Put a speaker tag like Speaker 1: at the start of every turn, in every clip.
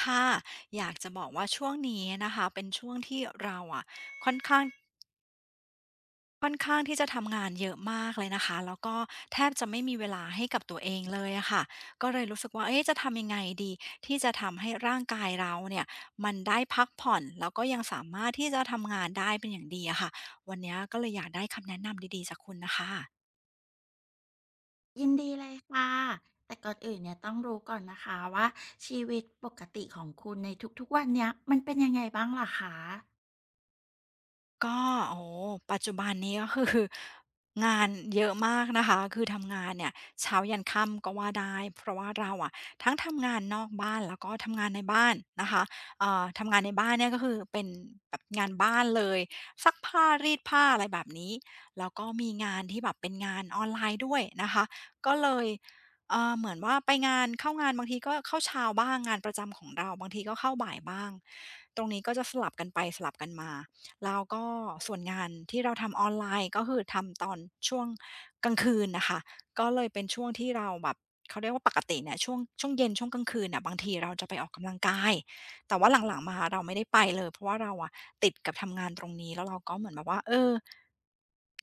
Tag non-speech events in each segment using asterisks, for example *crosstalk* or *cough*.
Speaker 1: ค่ะอยากจะบอกว่าช่วงนี้นะคะเป็นช่วงที่เราอะค่อนข้างค่อนข้างที่จะทำงานเยอะมากเลยนะคะแล้วก็แทบจะไม่มีเวลาให้กับตัวเองเลยอะค่ะก็เลยรู้สึกว่าเอ๊ะจะทำยังไงดีที่จะทำให้ร่างกายเราเนี่ยมันได้พักผ่อนแล้วก็ยังสามารถที่จะทำงานได้เป็นอย่างดีอะค่ะวันเนี้ยก็เลยอยากได้คำแนะนำดีๆจากคุณน่ะค่ะ
Speaker 2: ยินดีเลยค่ะแต่ก่อนอื่นเนี่ยต้องรู้ก่อนนะคะว่าชีวิตปกติของคุณในทุกๆวันเนี้ยมันเป็นยังไงบ้างเหรอคะ
Speaker 1: ก็โอ้โฮปัจจุบันนี้ก็คือ *laughs* งานเยอะมากนะคะคือทำงานเนี่ยเช้ายันค่ำก็ว่าได้เพราะว่าเราอะทั้งทำงานนอกบ้านแล้วก็ทำงานในบ้านนะคะทำงานในบ้านเนี่ยก็คือเป็นแบบงานบ้านเลยซักผ้ารีดผ้าอะไรแบบนี้แล้วก็มีงานที่แบบเป็นงานออนไลน์ด้วยนะคะก็เลยเหมือนว่าไปงานเข้างานบางทีก็เข้าเช้าบ้างงานประจำของเราบางทีก็เข้าบ่ายบ้างตรงนี้ก็จะสลับกันไปสลับกันมา แล้วก็ส่วนงานที่เราทำออนไลน์ก็คือทำตอนช่วงกลางคืนน่ะค่ะก็เลยเป็นช่วงที่เราแบบเขาเรียกว่าปกติเนี่ยช่วงเย็นช่วงกลางคืนน่ะบางทีเราจะไปออกกำลังกายแต่ว่าหลังๆมาเราไม่ได้ไปเลยเพราะว่าเราอะติดกับทำงานตรงนี้แล้วเราก็เหมือนแบบว่าเออ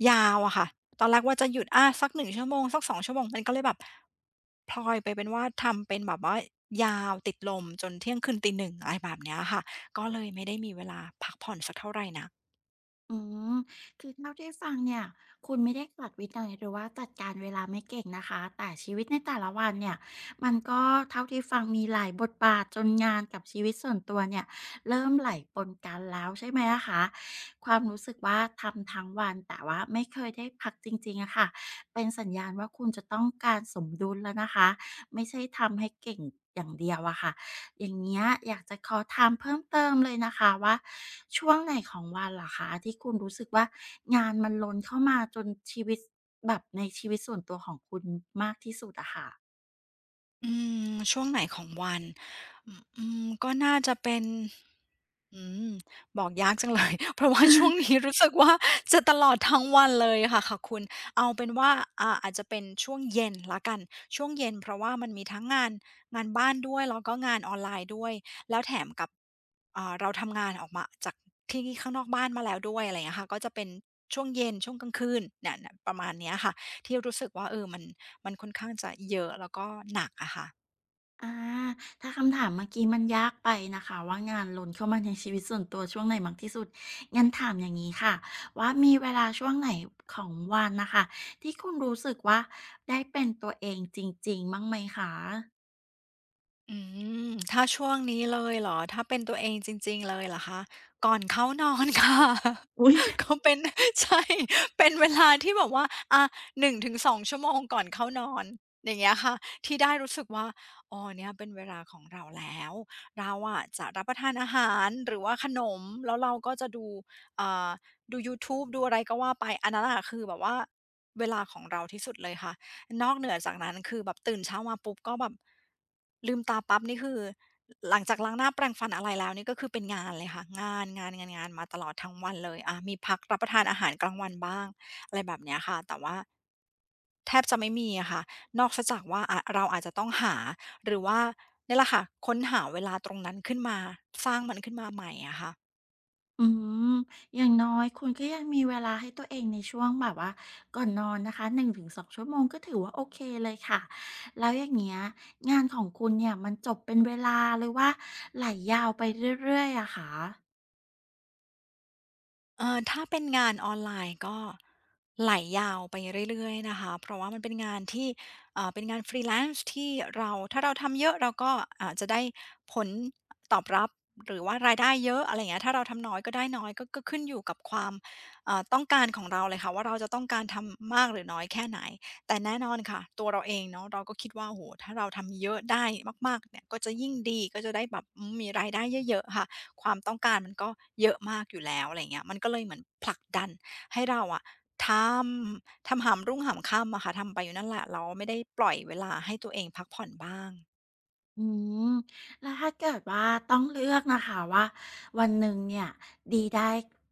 Speaker 1: ยาวอะค่ะตอนแรกว่าจะหยุดอาสักหนึ่งชั่วโมงสักสองชั่วโมงมันก็เลยแบบพลอยไปเป็นว่าทำเป็นแบบว่ายาวติดลมจนเที่ยงคืนตีหนึ่งอะไรแบบเนี้ยค่ะก็เลยไม่ได้มีเวลาพักผ่อนสักเท่าไรนัก
Speaker 2: อืมคือเท่าที่ฟังเนี่ยคุณไม่ได้ขัดวินัยหรือว่าจัดการเวลาไม่เก่งนะคะแต่ชีวิตในแต่ละวันเนี่ยมันก็เท่าที่ฟังมีหลายบทบาทจนงานกับชีวิตส่วนตัวเนี่ยเริ่มไหลปนกันแล้วใช่ไหมอะคะความรู้สึกว่าทำทั้งวันแต่ว่าไม่เคยได้พักจริงๆอะค่ะเป็นสัญญาณว่าคุณจะต้องการสมดุลแล้วนะคะไม่ใช่ทำให้เก่งอย่างเดียวอะค่ะ อย่างเงี้ยอยากจะขอถามเพิ่มเติมเลยนะคะว่าช่วงไหนของวันเหรอคะที่คุณรู้สึกว่างานมันล้นเข้ามาจนชีวิตแบบในชีวิตส่วนตัวของคุณมากที่สุดอะค่ะ
Speaker 1: อืมช่วงไหนของวันอืมก็น่าจะเป็นอืมบอกยากจังเลย *laughs* เพราะว่าช่วงนี้รู้สึกว่าจะตลอดทั้งวันเลยค่ะค่ะคุณเอาเป็นว่าอาจจะเป็นช่วงเย็นแล้วกันช่วงเย็นเพราะว่ามันมีทั้งงานงานบ้านด้วยแล้วก็งานออนไลน์ด้วยแล้วแถมกับเราทำงานออกมาจากที่ข้างนอกบ้านมาแล้วด้วยอะไรอย่างเงี้ยค่ะก็จะเป็นช่วงเย็นช่วงกลางคืนเนี่ยๆประมาณเนี้ยค่ะที่รู้สึกว่าเออมันค่อนข้างจะเยอะแล้วก็หนักอะค่ะ
Speaker 2: อาถ้าคำถามเมื่อกี้มันยากไปนะคะว่างานล้นเข้ามาในชีวิตส่วนตัวช่วงไหนมากที่สุดงั้นถามอย่างงี้ค่ะว่ามีเวลาช่วงไหนของวันน่ะค่ะที่คุณรู้สึกว่าได้เป็นตัวเองจริงๆบ้างไหมคะ
Speaker 1: อืมถ้าช่วงนี้เลยเหรอถ้าเป็นตัวเองจริงๆเลยเหรอคะก่อนเข้านอนค่ะ
Speaker 2: อุ๊ย
Speaker 1: *laughs* ก็เป็น *laughs* ใช่เป็นเวลาที่แบบว่าอา1-2ชั่วโมงก่อนเข้านอนอย่างเงี้ยค่ะที่ได้รู้สึกว่าอ๋อเนี่ยเป็นเวลาของเราแล้วเราอะจะรับประทานอาหารหรือว่าขนมแล้วเราก็จะดูอ่าดูยูทูบดูอะไรก็ว่าไปอันนั้นน่ะคือแบบว่าเวลาของเราที่สุดเลยค่ะ นอกเหนือจากนั้นคือแบบตื่นเช้ามาปุ๊บก็แบบลืมตาปั๊บนี่คือหลังจากล้างหน้าแปรงฟันอะไรแล้วนี่ก็คือเป็นงานเลยค่ะงานๆๆๆมาตลอดทั้งวันเลยอามีพักรับประทานอาหารกลางวันบ้างอะไรแบบเนี้ยค่ะแต่ว่าแทบจะไม่มีอะค่ะนอกเสียจากว่าเราอาจจะต้องหาหรือว่าเนี่ยแหละค่ะค้นหาเวลาตรงนั้นขึ้นมาสร้างมันขึ้นมาใหม่อะค่ะ
Speaker 2: อืมอย่างน้อยคุณก็ยังมีเวลาให้ตัวเองในช่วงแบบว่าก่อนนอนนะคะ1-2ชั่วโมงก็ถือว่าโอเคเลยค่ะแล้วอย่างเงี้ยงานของคุณเนี่ยมันจบเป็นเวลาหรือว่าไหลยาวไปเรื่อยๆอะคะ
Speaker 1: ถ้าเป็นงานออนไลน์ก็ไหลยาวไปเรื่อยๆนะคะเพราะว่ามันเป็นงานที่เอ่าเป็นงานฟรี e ลนซ์ที่เราถ้าเราทำเยอะเราก็อาจจะได้ผลตอบรับหรือว่ารายได้เยอะอะไร่เงี้ยถ้าเราทำน้อยก็ได้น้อยก็ขึ้นอยู่กับความต้องการของเราเลยค่ะว่าเราจะต้องการทำมากหรือน้อยแค่ไหนแต่แน่นอนค่ะตัวเราเองเนาะเราก็คิดว่าโหถ้าเราทำเยอะได้มากๆเนี่ยก็จะยิ่งดีก็จะได้แบบอืมมีรายได้เยอะๆค่ะ ความต้องการมันก็เยอะมากอยู่แล้วอะไรเงี้ยมันก็เลยเหมือนผลักดันให้เราอะททำหามรุ่งหามค่ำอะค่ะทำไปอยู่นั่นแหละแล้วไม่ได้ปล่อยเวลาให้ตัวเองพักผ่อนบ้าง
Speaker 2: อืมแล้วถ้าเกิดว่าต้องเลือกนะคะว่าวันหนึ่งเนี่ยดีได้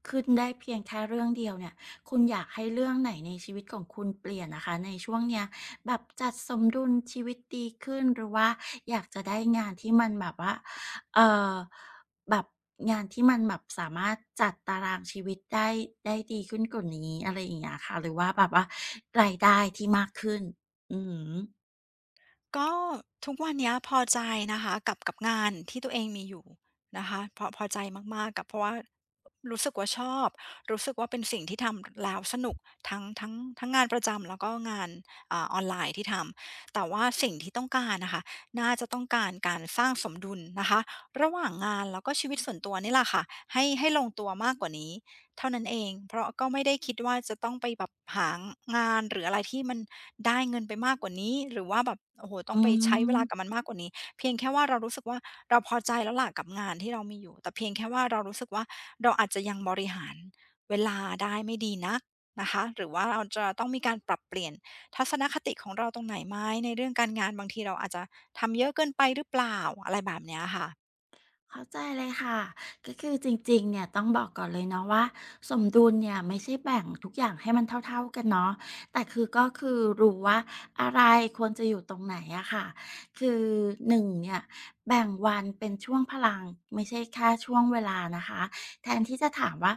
Speaker 2: ขึ้นได้เพียงแค่เรื่องเดียวเนี่ยคุณอยากให้เรื่องไหนในชีวิตของคุณเปลี่ยนนะคะในช่วงเนี้ยแบบจัดสมดุลชีวิตดีขึ้นหรือว่าอยากจะได้งานที่มันแบบว่าเออแบบงานที่มันแบบสามารถจัดตารางชีวิตได้ได้ดีขึ้นกว่านี้อะไรอย่างเงี้ยค่ะหรือว่าแบบว่ารายได้ที่มากขึ้นอืม
Speaker 1: ก็ทุกวันเนี้ยพอใจนะคะกับงานที่ตัวเองมีอยู่นะคะพอใจมากๆกับเพราะว่ารู้สึกว่าชอบรู้สึกว่าเป็นสิ่งที่ทำแล้วสนุกทั้งทั้งทั้งงานประจำแล้วก็งานออนไลน์ที่ทำแต่ว่าสิ่งที่ต้องการนะคะน่าจะต้องการการสร้างสมดุลนะคะระหว่างงานแล้วก็ชีวิตส่วนตัวนี่แหละค่ะให้ลงตัวมากกว่านี้เท่านั้นเองเพราะก็ไม่ได้คิดว่าจะต้องไปแบบหางานหรืออะไรที่มัน ได้เงินไปมากกว่านี้หรือว่าแบบโอ้โฮต้อง
Speaker 2: อื
Speaker 1: ไปใช้เวลากับมั
Speaker 2: ม
Speaker 1: นมากกว่านี้เพียงแค่ว่าเรารู้สึกว่าเราพอใจแล้วล่ะกับงานที่เรามีอยู่แต่เพียงแค่ว่าเรารู้สึกว่าเราอาจจะยังบริหารเวลาได้ไม่ดีนักนะคะหรือว่าเราจะต้องมีการปรับเปลี่ยนทัศนคติของเราตรงไหนไหมในเรื่องการงานบางทีเราอาจจะทำเยอะเกินไปหรือเปล่าอะไรแบบเนี้ยค่ะ
Speaker 2: เข้าใจเลยค่ะก็คือจริงๆเนี่ยต้องบอกก่อนเลยเนาะว่าสมดุลเนี่ยไม่ใช่แบ่งทุกอย่างให้มันเท่าๆกันเนาะแต่คือก็คือรู้ว่าอะไรควรจะอยู่ตรงไหนอะค่ะคือหนึ่งเนี่ยแบ่งวันเป็นช่วงพลังไม่ใช่แค่ช่วงเวลานะคะแทนที่จะถามว่า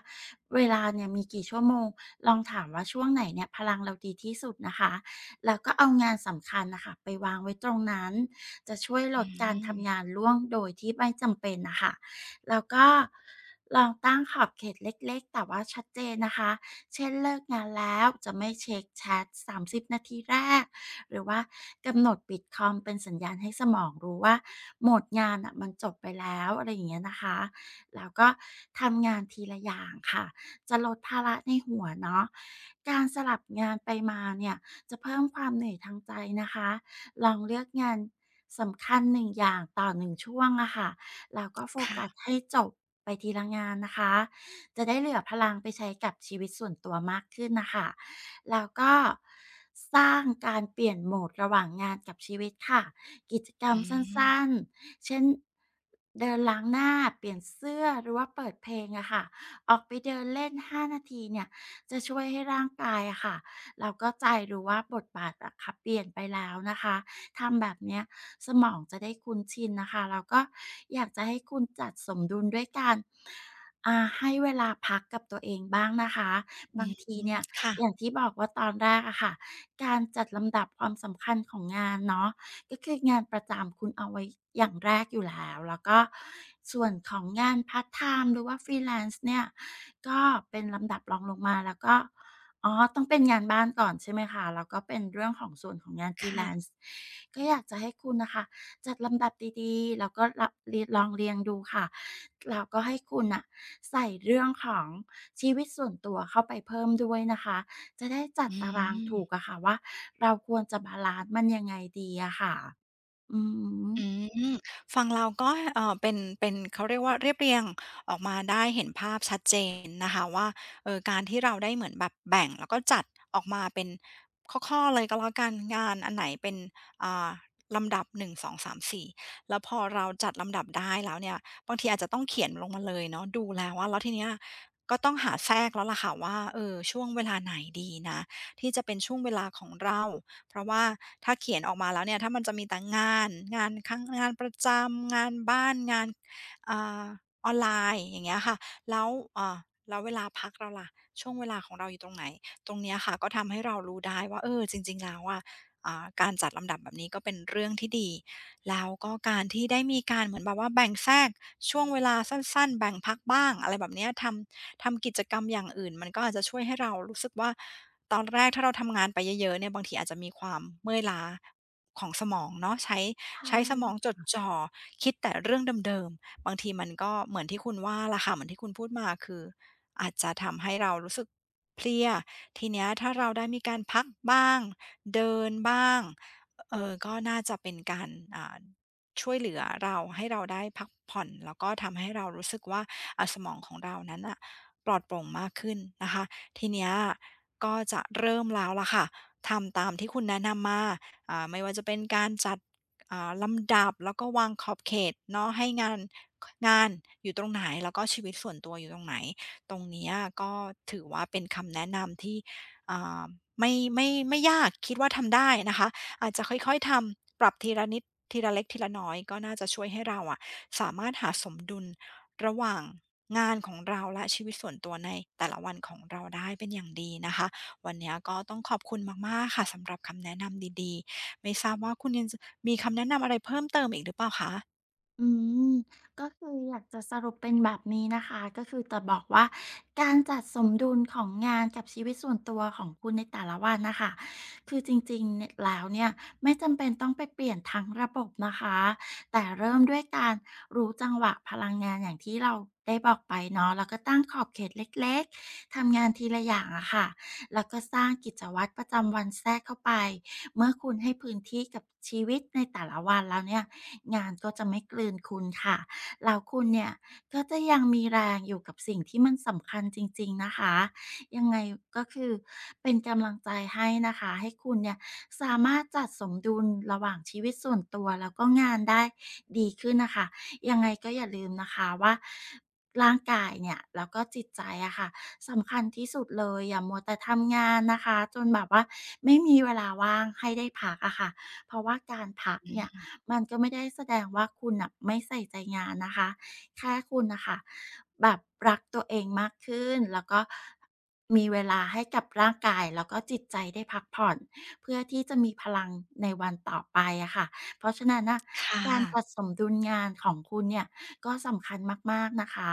Speaker 2: เวลาเนี่ยมีกี่ชั่วโมงลองถามว่าช่วงไหนเนี่ยพลังเราดีที่สุดนะคะแล้วก็เอางานสำคัญน่ะคะไปวางไว้ตรงนั้น จะช่วยล
Speaker 1: อื
Speaker 2: ดการทำงา
Speaker 1: ม
Speaker 2: นล่วงโดยที่ไม่จำเป็นนะคะ แล้วก็ลองตั้งขอบเขตเล็กๆแต่ว่าชัดเจนนะคะ เช่นเลิกงานแล้วจะไม่เช็กแชต30 นาทีแรก หรือว่ากำหนดปิดคอมเป็นสัญญาณให้สมองรู้ว่าโหมดงานอ่ะมันจบไปแล้วอะไรอย่างเงี้ยนะคะ แล้วก็ทำงานทีละอย่างค่ะจะลดภาระในหัวเนาะการสลับงานไปมาเนี่ยจะเพิ่มความเหนื่อยทางใจนะคะ ลองเลือกงานสำคัญ1อย่างต่อ1ช่วงอะค่ะแล้วก็โฟกัส
Speaker 1: ค่ะ
Speaker 2: ให้จบไปทีละงานนะคะจะได้เหลือพลังไปใช้กับชีวิตส่วนตัวมากขึ้นนะคะแล้วก็สร้างการเปลี่ยนโหมดระหว่างงานกับชีวิตค่ะกิจกรรม
Speaker 1: อื
Speaker 2: สั
Speaker 1: ม
Speaker 2: ้นๆ เช่นเดินล้างหน้า เปลี่ยนเสื้อหรือว่าเปิดเพลงอะค่ะออกไปเดินเล่น5นาทีเนี่ยจะช่วยให้ร่างกายอะค่ะแล้วก็ใจรู้ว่าบทบาทอะค่ะเปลี่ยนไปแล้วนะคะ ทำแบบเนี้ยสมองจะได้คุ้นชินนะคะแล้วก็อยากจะให้คุณจัดสมดุลด้วยการให้เวลาพักกับตัวเองบ้างนะคะ
Speaker 1: อื
Speaker 2: บางที
Speaker 1: ม
Speaker 2: เนี่ยอย่า
Speaker 1: ค่ะ
Speaker 2: งที่บอกว่าตอนแรกอะค่ะการจัดลำดับความสำคัญของงานเนาะก็คืองานประจำคุณเอาไว้อย่างแรกอยู่แล้วแล้วก็ส่วนของงานพาร์ตไทม์หรือว่าฟรีแลนซ์เนี่ยก็เป็นลำดับรองลงมาแล้วก็ อ๋อต้องเป็นงานบ้านก่อนใช่ไหมคะ แล้วก็เป็นเรื่องของส่วนของงาน
Speaker 1: ค่ะ
Speaker 2: Freelance ก็อยากจะให้คุณน่ะค่ะจัดลำดับดีๆแล้วก็ละเรียลองเรียงดูค่ะแล้วก็ให้คุณน่ะใส่เรื่องของชีวิตส่วนตัวเข้าไปเพิ่มด้วยนะคะ จะได้จัด
Speaker 1: อื
Speaker 2: ตารางถูก
Speaker 1: ม
Speaker 2: อะค่ะว่าเราควรจะบาลันซ์มันยังไงดีอะค่ะอือฮ
Speaker 1: อื
Speaker 2: ึ
Speaker 1: มฟังเราก็เป็นเขาเรียกว่าเรียบเรียงออกมาได้เห็นภาพชัดเจนนะคะว่าการที่เราได้เหมือนแบบแบ่งแล้วก็จัดออกมาเป็นข้อๆเลยก็แล้วกันงานอันไหนเป็นอ่าลำดับหนึ่งสองสาม2ี่แล้วพอเราจัดลำดับได้แล้วเนี่ยบางทีอาจจะต้องเขียนลงมาเลยเนาะดูแล้วอะแล้วทีเนี้ยก็ต้องหาแทรกแล้วล่ะค่ะว่าเออช่วงเวลาไหนดีนะที่จะเป็นช่วงเวลาของเรา เพราะว่าถ้าเขียนออกมาแล้วเนี่ยถ้ามันจะมีแต่งานงานข้างงานประจำงานบ้านงานอ่าออนไลน์อย่างเงี้ยค่ะแล้วอ่าแล้วเวลาพักเราล่ะช่วงเวลาของเราอยู่ตรงไหนตรงเนี้ยค่ะก็ทำให้เรารู้ได้ว่าเออจริงๆแล้วอะการจัดลำดับแบบนี้ก็เป็นเรื่องที่ดีแล้วก็การที่ได้มีการเหมือนแบบว่าแบ่งแทรกช่วงเวลาสั้นๆแบ่งพักบ้างอะไรแบบเนี้ยทำกิจกรรมอย่างอื่นมันก็อาจจะช่วยให้เรารู้สึกว่า ตอนแรกถ้าเราทำงานไปเยอะๆเนี่ยบางทีอาจจะมีความเมื่อยล้าของสมองเนาะใช้
Speaker 2: ใช่
Speaker 1: ใช้สมองจดจ่อคิดแต่เรื่องเดิมๆบางทีมันก็เหมือนที่คุณว่าล่ะค่ะเหมือนที่คุณพูดมาคืออาจจะทำให้เรารู้สึกเพลียทีเนี้ยถ้าเราได้มีการพักบ้างเดินบ้างก็น่าจะเป็นการอ่าช่วยเหลือเราให้เราได้พักผ่อนแล้วก็ทำให้เรารู้สึกว่าสมองของเรานั้นน่ะปลอดโปร่งมากขึ้นนะคะ ทีเนี้ยก็จะเริ่มแล้วล่ะค่ะทำตามที่คุณแนะนำมาไม่ว่าจะเป็นการจัดลำดับแล้วก็วางขอบเขตเนาะให้งานงานอยู่ตรงไหนแล้วก็ชีวิตส่วนตัวอยู่ตรงไหนตรงเนี้ยก็ถือว่าเป็นคำแนะนำที่อ่าไม่ยากคิดว่าทำได้นะคะอาจจะค่อยๆทำปรับทีละนิดทีละเล็กทีละน้อยก็น่าจะช่วยให้เราอะสามารถหาสมดุล ระหว่างงานของเราและชีวิตส่วนตัวในแต่ละวันของเราได้เป็นอย่างดีนะคะวันนี้ก็ต้องขอบคุณมากๆค่ะสำหรับคำแนะนำดีๆไม่ทราบว่าคุณยังจะมีคำแนะนำอะไรเพิ่มเติมอีกหรือเปล่าคะ
Speaker 2: อืมก็คืออยากจะสรุปเป็นแบบนี้นะคะก็คือจะบอกว่าการจัดสมดุลของงานกับชีวิตส่วนตัวของคุณในแต่ละวันนะคะคือจริงๆเนี่ยแล้วเนี่ยไม่จำเป็นต้องไปเปลี่ยนทั้งระบบนะคะแต่เริ่มด้วยการรู้จังหวะพลังงานอย่างที่เราได้บอกไปเนาะแล้วก็ตั้งขอบเขตเล็กๆทำงานทีละอย่างอะค่ะแล้วก็สร้างกิจวัตรประจำวันแทรกเข้าไปเมื่อคุณให้พื้นที่กับชีวิตในแต่ละวันแล้วเนี่ย งานก็จะไม่กลืนคุณค่ะแล้วคุณเนี่ยก็จะยังมีแรงอยู่กับสิ่งที่มันสำคัญจริงๆนะคะยังไงก็คือเป็นกำลังใจให้นะคะให้คุณเนี่ยสามารถจัดสมดุลระหว่างชีวิตส่วนตัวแล้วก็งานได้ดีขึ้นนะคะยังไงก็อย่าลืมนะคะว่าร่างกายเนี่ยแล้วก็จิตใจอะค่ะสำคัญที่สุดเลยอย่ามัวแต่ทำงานนะคะจนแบบว่าไม่มีเวลาว่างให้ได้พักอะค่ะเพราะว่าการพักเนี่ย มันก็ไม่ได้แสดงว่าคุณน่ะไม่ใส่ใจงานนะคะแค่คุณน่ะค่ะแบบรักตัวเองมากขึ้นแล้วก็มีเวลาให้กับร่างกายแล้วก็จิตใจได้พักผ่อนเพื่อที่จะมีพลังในวันต่อไปอะค่ะเพราะฉะนั้นน่ะ
Speaker 1: ค่ะ
Speaker 2: การปรับสมดุลงานของคุณเนี่ยก็สำคัญมากๆนะคะ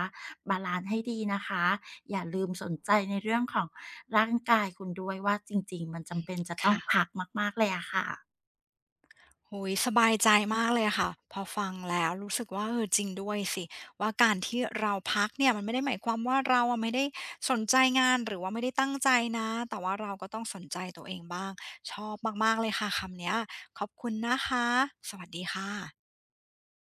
Speaker 2: บาลันซ์ให้ดีนะคะอย่าลืมสนใจในเรื่องของร่างกายคุณด้วยว่าจริงๆมันจำเป็นจะต้อง
Speaker 1: ค่ะ
Speaker 2: พักมากๆเลยอะค่ะ
Speaker 1: โอ้ยสบายใจมากเลยอะค่ะพอฟังแล้วรู้สึกว่าเออจริงด้วยสิว่าการที่เราพักเนี่ยมันไม่ได้หมายความว่าเราอะไม่ได้สนใจงานหรือว่าไม่ได้ตั้งใจนะแต่ว่าเราก็ต้องสนใจตัวเองบ้างชอบมากๆเลยค่ะคำเนี้ยขอบคุณนะคะสวัสดีค่ะ